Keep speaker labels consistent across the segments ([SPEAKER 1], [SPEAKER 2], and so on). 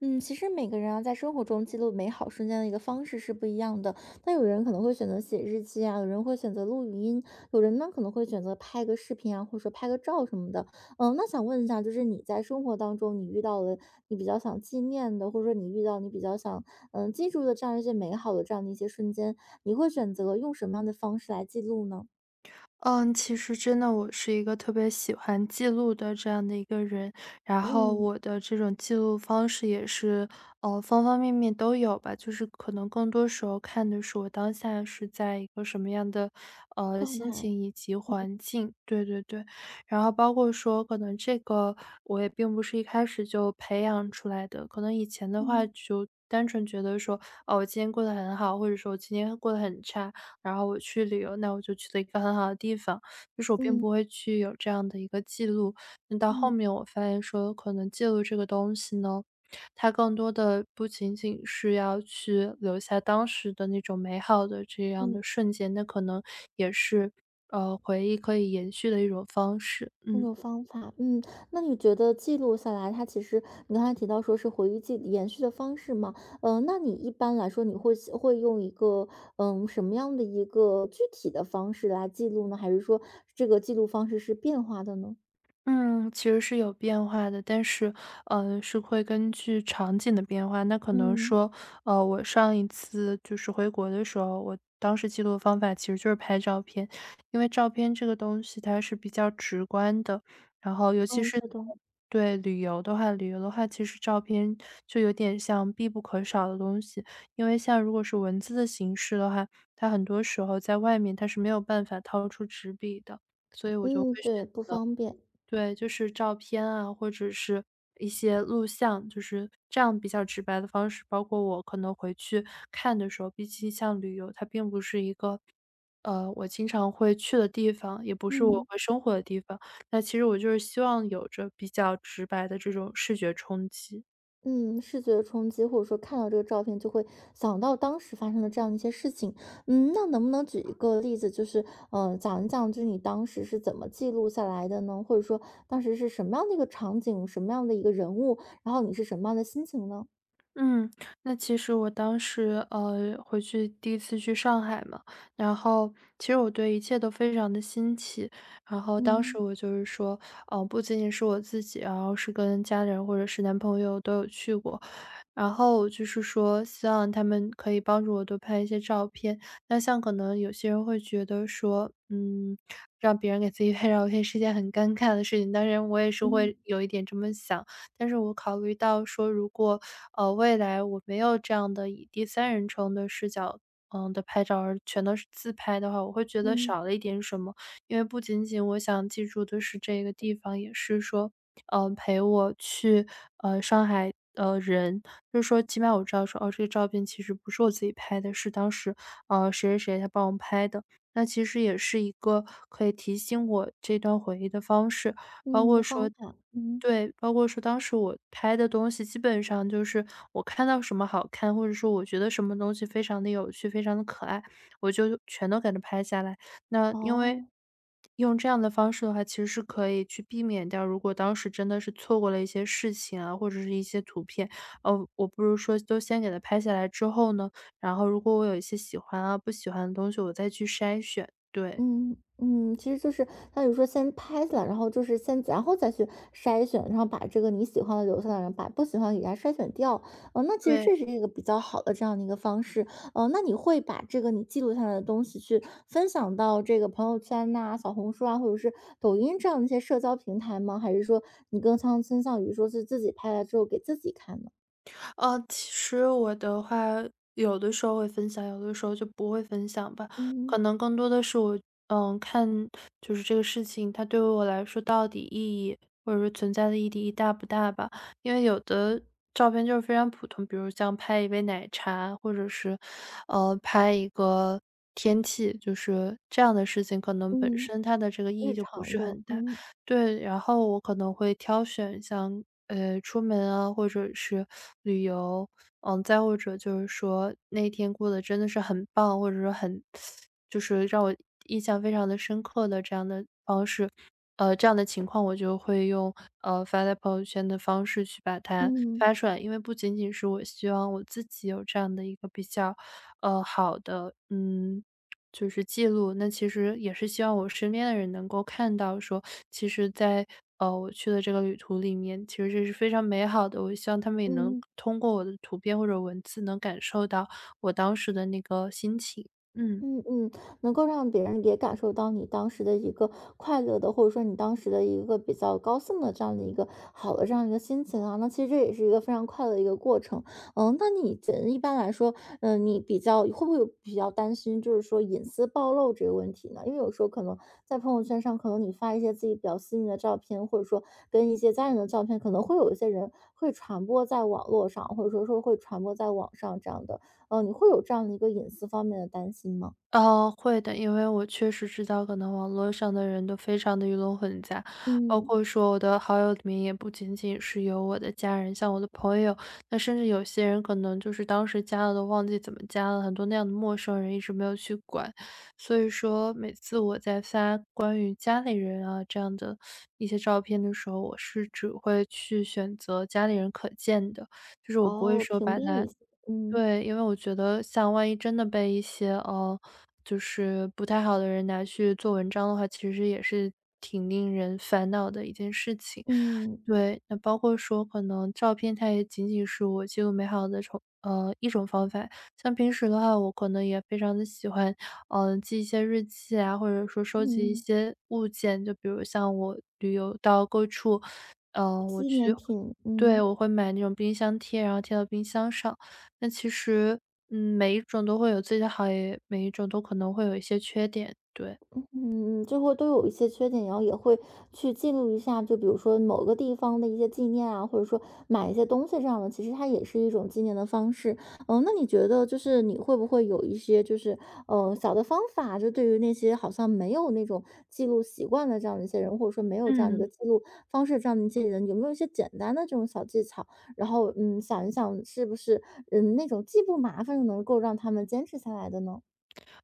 [SPEAKER 1] 嗯，其实每个人啊，在生活中记录美好瞬间的一个方式是不一样的。那有人可能会选择写日记啊，有人会选择录语音，有人呢可能会选择拍个视频啊，或者说拍个照什么的。那想问一下，就是你在生活当中，你遇到了你比较想纪念的，或者说你遇到你比较想记住的这样一些美好的这样的一些瞬间，你会选择用什么样的方式来记录呢？
[SPEAKER 2] 嗯，其实真的我是一个特别喜欢记录的这样的一个人，然后
[SPEAKER 1] 嗯，
[SPEAKER 2] 我的这种记录方式也是，方方面面都有吧。就是可能更多时候看的是我当下是在一个什么样的，
[SPEAKER 1] 状
[SPEAKER 2] 心
[SPEAKER 1] 态，
[SPEAKER 2] 情以及环境。对对对，然后包括说可能这个我也并不是一开始就培养出来的，可能以前的话
[SPEAKER 1] 嗯
[SPEAKER 2] 就单纯觉得说，哦，我今天过得很好，或者说我今天过得很差，然后我去旅游，那我就去了一个很好的地方，就是我并
[SPEAKER 1] 嗯
[SPEAKER 2] 不会去有这样的一个记录。那到后
[SPEAKER 1] 嗯
[SPEAKER 2] 面我发现说，可能记录这个东西呢，它更多的不仅仅是要去留下当时的那种美好的这样
[SPEAKER 1] 嗯。
[SPEAKER 2] 的瞬间，那可能也是回忆可以延续的一种方式。
[SPEAKER 1] 工
[SPEAKER 2] 嗯。
[SPEAKER 1] 有方法，嗯，那你觉得记录下来，它其实你刚才提到说是回忆记延续的方式吗？嗯、那你一般来说，你会用一个什么样的一个具体的方式来记录呢？还是说这个记录方式是变化的呢？
[SPEAKER 2] 嗯，其实是有变化的，但是，是会根据场景的变化。那可能
[SPEAKER 1] 嗯，
[SPEAKER 2] 说，我上一次就是回国的时候，我当时记录的方法其实就是拍照片，因为照片这个东西它是比较直观的，然后尤其
[SPEAKER 1] 哦，
[SPEAKER 2] 是
[SPEAKER 1] 是的，
[SPEAKER 2] 对旅游的话，旅游的话，其实照片就有点像必不可少的东西，因为像如果是文字的形式的话，它很多时候在外面它是没有办法掏出纸笔的，所以我就会
[SPEAKER 1] 嗯，对，
[SPEAKER 2] 选
[SPEAKER 1] 不方便，
[SPEAKER 2] 对，就是照片啊，或者是一些录像，就是这样比较直白的方式。包括我可能回去看的时候，毕竟像旅游，它并不是一个，我经常会去的地方，也不是我
[SPEAKER 1] 嗯。
[SPEAKER 2] 会生活的地方。那其实我就是希望有着比较直白的这种视觉冲击。
[SPEAKER 1] 嗯，视觉冲击，或者说看到这个照片就会想到当时发生的这样一些事情。那能不能举一个例子，就是讲一讲，就是你当时是怎么记录下来的呢？或者说当时是什么样的一个场景，什么样的一个人物，然后你是什么样的心情呢？
[SPEAKER 2] 嗯，那其实我当时，回去第一次去上海嘛，然后其实我对一切都非常的新奇。然后当时
[SPEAKER 1] 嗯
[SPEAKER 2] 我就是说，不仅仅是我自己，然后是跟家人或者是男朋友都有去过。然后我就是说希望他们可以帮助我多拍一些照片。那像可能有些人会觉得说，让别人给自己拍照片是件很尴尬的事情，当然我也是会
[SPEAKER 1] 嗯
[SPEAKER 2] 有一点这么想。但是我考虑到说如果未来我没有这样的以第三人称的视角，的拍照，而全都是自拍的话，我会觉得
[SPEAKER 1] 嗯
[SPEAKER 2] 少了一点什么。因为不仅仅我想记住的是这个地方，也是说，陪我去上海人，就是说起码我知道说，哦，这个照片其实不是我自己拍的，是当时谁谁谁他帮我拍的。那其实也是一个可以提醒我这段回忆的方式，包
[SPEAKER 1] 嗯，一
[SPEAKER 2] 括
[SPEAKER 1] 个方
[SPEAKER 2] 说
[SPEAKER 1] 法，嗯，
[SPEAKER 2] 对，包括说当时我拍的东西，基本上就是我看到什么好看，或者说我觉得什么东西非常的有趣、非常的可爱，我就全都给它拍下来。那因为
[SPEAKER 1] 哦。
[SPEAKER 2] 用这样的方式的话，其实是可以去避免掉，如果当时真的是错过了一些事情啊，或者是一些图片，哦，我不如说都先给它拍下来之后呢，然后如果我有一些喜欢啊、不喜欢的东西，我再去筛选，对。
[SPEAKER 1] 嗯嗯，其实就是他有说先拍下来，然后就是先，然后再去筛选，然后把这个你喜欢的留下来，然后把不喜欢的给它筛选掉。嗯、那其实
[SPEAKER 2] 对。
[SPEAKER 1] 这是一个比较好的这样的一个方式。嗯、那你会把这个你记录下来的东西去分享到这个朋友圈呐、小红书啊，或者是抖音这样的一些社交平台吗？还是说你更倾向于说是自己拍了之后给自己看呢？
[SPEAKER 2] 其实我的话，有的时候会分享，有的时候就不会分享吧。
[SPEAKER 1] 嗯
[SPEAKER 2] 可能更多的是我，看就是这个事情它对于我来说到底意义，或者说存在的意义大不大吧。因为有的照片就是非常普通，比如像拍一杯奶茶，或者是，拍一个天气，就是这样的事情，可能本
[SPEAKER 1] 嗯，
[SPEAKER 2] 身它的这个意义
[SPEAKER 1] 日
[SPEAKER 2] 就不
[SPEAKER 1] 常
[SPEAKER 2] 是
[SPEAKER 1] 的，
[SPEAKER 2] 很大。
[SPEAKER 1] 嗯
[SPEAKER 2] 对，然后我可能会挑选像出门啊，或者是旅游，再或者就是说那天过得真的是很棒，或者说很就是让我印象非常的深刻的这样的方式，这样的情况我就会用发在朋友圈的方式去把它
[SPEAKER 1] 嗯
[SPEAKER 2] 发出来，因为不仅仅是我希望我自己有这样的一个比较好的就是记录，那其实也是希望我身边的人能够看到说，其实在，我去的这个旅途里面，其实这是非常美好的。我希望他们也能
[SPEAKER 1] 嗯。
[SPEAKER 2] 通过我的图片或者文字能感受到我当时的那个心情，嗯。
[SPEAKER 1] 嗯嗯，能够让别人也感受到你当时的一个快乐的，或者说你当时的一个比较高兴的这样的一个好的这样一个心情啊，那其实这也是一个非常快乐的一个过程。那你这一般来说，你比较会不会有比较担心，就是说隐私暴露这个问题呢？因为有时候可能在朋友圈上，可能你发一些自己比较私密的照片，或者说跟一些家人的照片，可能会有一些人会传播在网络上，或者说会传播在网上这样的。你会有这样的一个隐私方面的担心吗？
[SPEAKER 2] 哦，会的，因为我确实知道，可能网络上的人都非常的鱼龙混杂，包
[SPEAKER 1] 嗯，
[SPEAKER 2] 括说我的好友里面也不仅仅是有我的家人，像我的朋友，那甚至有些人可能就是当时加了都忘记怎么加了，很多那样的陌生人一直没有去管，所以说每次我在发关于家里人啊这样的一些照片的时候，我是只会去选择家里人可见的，就是我不会
[SPEAKER 1] 哦，
[SPEAKER 2] 说
[SPEAKER 1] 屏
[SPEAKER 2] 把
[SPEAKER 1] 蔽
[SPEAKER 2] 它
[SPEAKER 1] 一些，嗯
[SPEAKER 2] 对，因为我觉得像万一真的被一些，就是不太好的人拿去做文章的话，其实也是挺令人烦恼的一件事情。
[SPEAKER 1] 嗯
[SPEAKER 2] 对，那包括说可能照片它也仅仅是我记录美好的从一种方法。像平时的话，我可能也非常的喜欢，记一些日记啊，或者说收集一
[SPEAKER 1] 嗯，
[SPEAKER 2] 些物件，就比如像我旅游到各处，我
[SPEAKER 1] 纪
[SPEAKER 2] 去
[SPEAKER 1] 念品，
[SPEAKER 2] 对，
[SPEAKER 1] 嗯。
[SPEAKER 2] 我会买那种冰箱贴，然后贴到冰箱上。那其实，每一种都会有自己的好，也每一种都可能会有一些缺点，对。
[SPEAKER 1] 嗯，就会都有一些缺点，然后也会去记录一下，就比如说某个地方的一些纪念啊，或者说买一些东西这样的，其实它也是一种纪念的方式。那你觉得就是你会不会有一些就是小的方法，就对于那些好像没有那种记录习惯的这样的一些人，或者说没有这样的一个
[SPEAKER 2] 嗯。
[SPEAKER 1] 记录方式这样的一些人，有没有一些简单的这种小技巧？然后想一想是不是那种既不麻烦又能够让他们坚持下来的呢？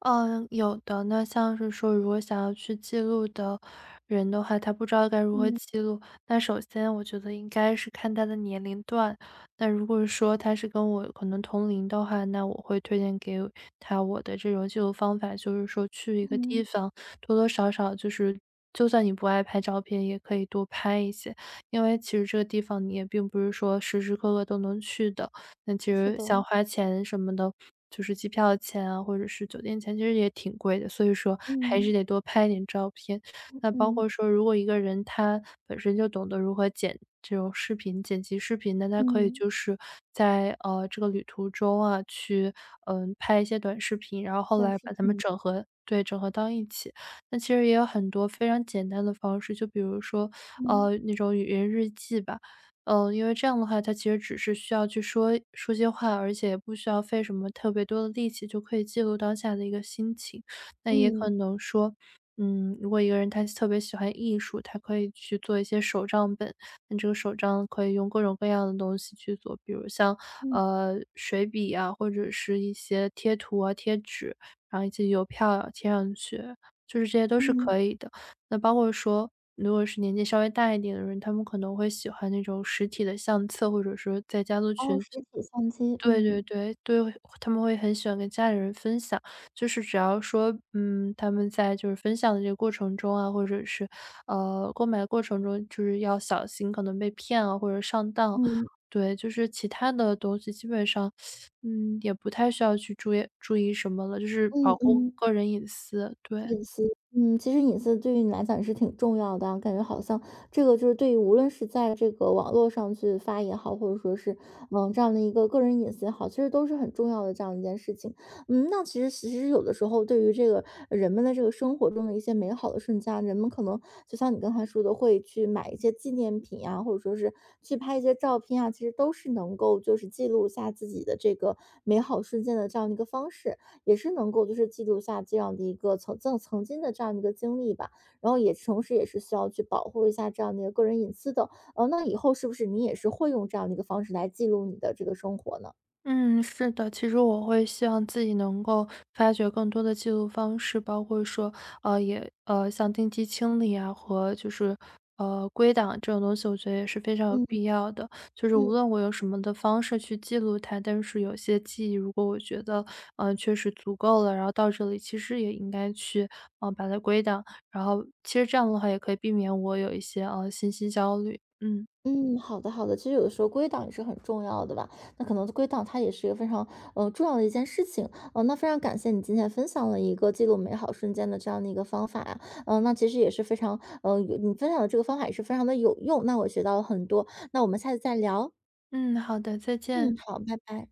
[SPEAKER 2] 嗯，有的。那像是说，如果想要去记录的人的话，他不知道该如何
[SPEAKER 1] 嗯
[SPEAKER 2] 记录。那首先，我觉得应该是看他的年龄段。那如果说他是跟我可能同龄的话，那我会推荐给他我的这种记录方法，就是说去一个地
[SPEAKER 1] 嗯，
[SPEAKER 2] 方，多多少少就是。就算你不爱拍照片，也可以多拍一些，因为其实这个地方你也并不是说时时刻刻都能去的。那其
[SPEAKER 1] 是
[SPEAKER 2] 实
[SPEAKER 1] 的，
[SPEAKER 2] 像花钱什么的，就是机票钱啊，或者是酒店钱，其实也挺贵的，所以说还
[SPEAKER 1] 嗯。
[SPEAKER 2] 是得多拍点照片。那包
[SPEAKER 1] 嗯，
[SPEAKER 2] 括说，如果一个人他本身就懂得如何剪这种视频、剪辑视频，那他可以
[SPEAKER 1] 嗯，
[SPEAKER 2] 就是在这个旅途中啊，去拍一些短视频，然后后
[SPEAKER 1] 短
[SPEAKER 2] 来
[SPEAKER 1] 视
[SPEAKER 2] 把它们
[SPEAKER 1] 频，
[SPEAKER 2] 整合。对，整合到一起，那其实也有很多非常简单的方式，就比如说，
[SPEAKER 1] 嗯，
[SPEAKER 2] 那种语音日记吧，因为这样的话，他其实只是需要去说说些话，而且也不需要费什么特别多的力气，就可以记录当下的一个心情。那也可
[SPEAKER 1] 嗯，
[SPEAKER 2] 能说，如果一个人他特别喜欢艺术，他可以去做一些手账本，那这个手账可以用各种各样的东西去做，比如像
[SPEAKER 1] 嗯，
[SPEAKER 2] 水笔啊，或者是一些贴图啊、贴纸，然后以及邮票啊贴上去，就是这些都是
[SPEAKER 1] 嗯，
[SPEAKER 2] 可以的。那包括说，如果是年纪稍微大一点的人，他们可能会喜欢那种实体的相册，或者说在家族
[SPEAKER 1] 哦，
[SPEAKER 2] 群
[SPEAKER 1] 实体相机，
[SPEAKER 2] 对
[SPEAKER 1] 嗯，
[SPEAKER 2] 对对对，他们会很喜欢跟家里人分享。就是只要说，他们在就是分享的这个过程中啊，或者是，购买的过程中，就是要小心可能被骗啊，或者上当啊。
[SPEAKER 1] 嗯，
[SPEAKER 2] 对，就是其他的东西基本上，也不太需要去注意注意什么了，就是
[SPEAKER 1] 嗯
[SPEAKER 2] 保护
[SPEAKER 1] 嗯。
[SPEAKER 2] 个人隐私，对。
[SPEAKER 1] 隐私，嗯，其实隐私对于你来讲也是挺重要的啊，感觉好像这个就是对于无论是在这个网络上去发也好，或者说是这样的一个个人隐私也好，其实都是很重要的这样一件事情。那其实有的时候对于这个人们的这个生活中的一些美好的瞬间啊，人们可能就像你刚才说的，会去买一些纪念品啊，或者说是去拍一些照片啊，其实都是能够就是记录下自己的这个美好瞬间的这样的一个方式。也是能够就是记录下这样的一个曾经的这样的一个经历吧，然后也同时也是需要去保护一下这样的一个个人隐私的。那以后是不是你也是会用这样的一个方式来记录你的这个生活呢？
[SPEAKER 2] 嗯，是的，其实我会希望自己能够发掘更多的记录方式，包括说，也像定期清理啊，和就是归档这种东西，我觉得也是非常有必
[SPEAKER 1] 嗯
[SPEAKER 2] 要的。就是无
[SPEAKER 1] 嗯
[SPEAKER 2] 论我用什么的方式去记录它，但是有些记忆，如果我觉得确实足够了，然后到这里，其实也应该去把它归档，然后其实这样的话也可以避免我有一些信息焦虑。嗯
[SPEAKER 1] 嗯，好的好的。其实有的时候归档也是很重要的吧，那可能归档它也是一个非常重要的一件事情。那非常感谢你今天分享了一个记录美好瞬间的这样的一个方法呀、嗯、那其实也是非常有你分享的这个方法也是非常的有用，那我学到了很多。那我们下次再聊。
[SPEAKER 2] 嗯，好的，再见。
[SPEAKER 1] 嗯，好，拜拜。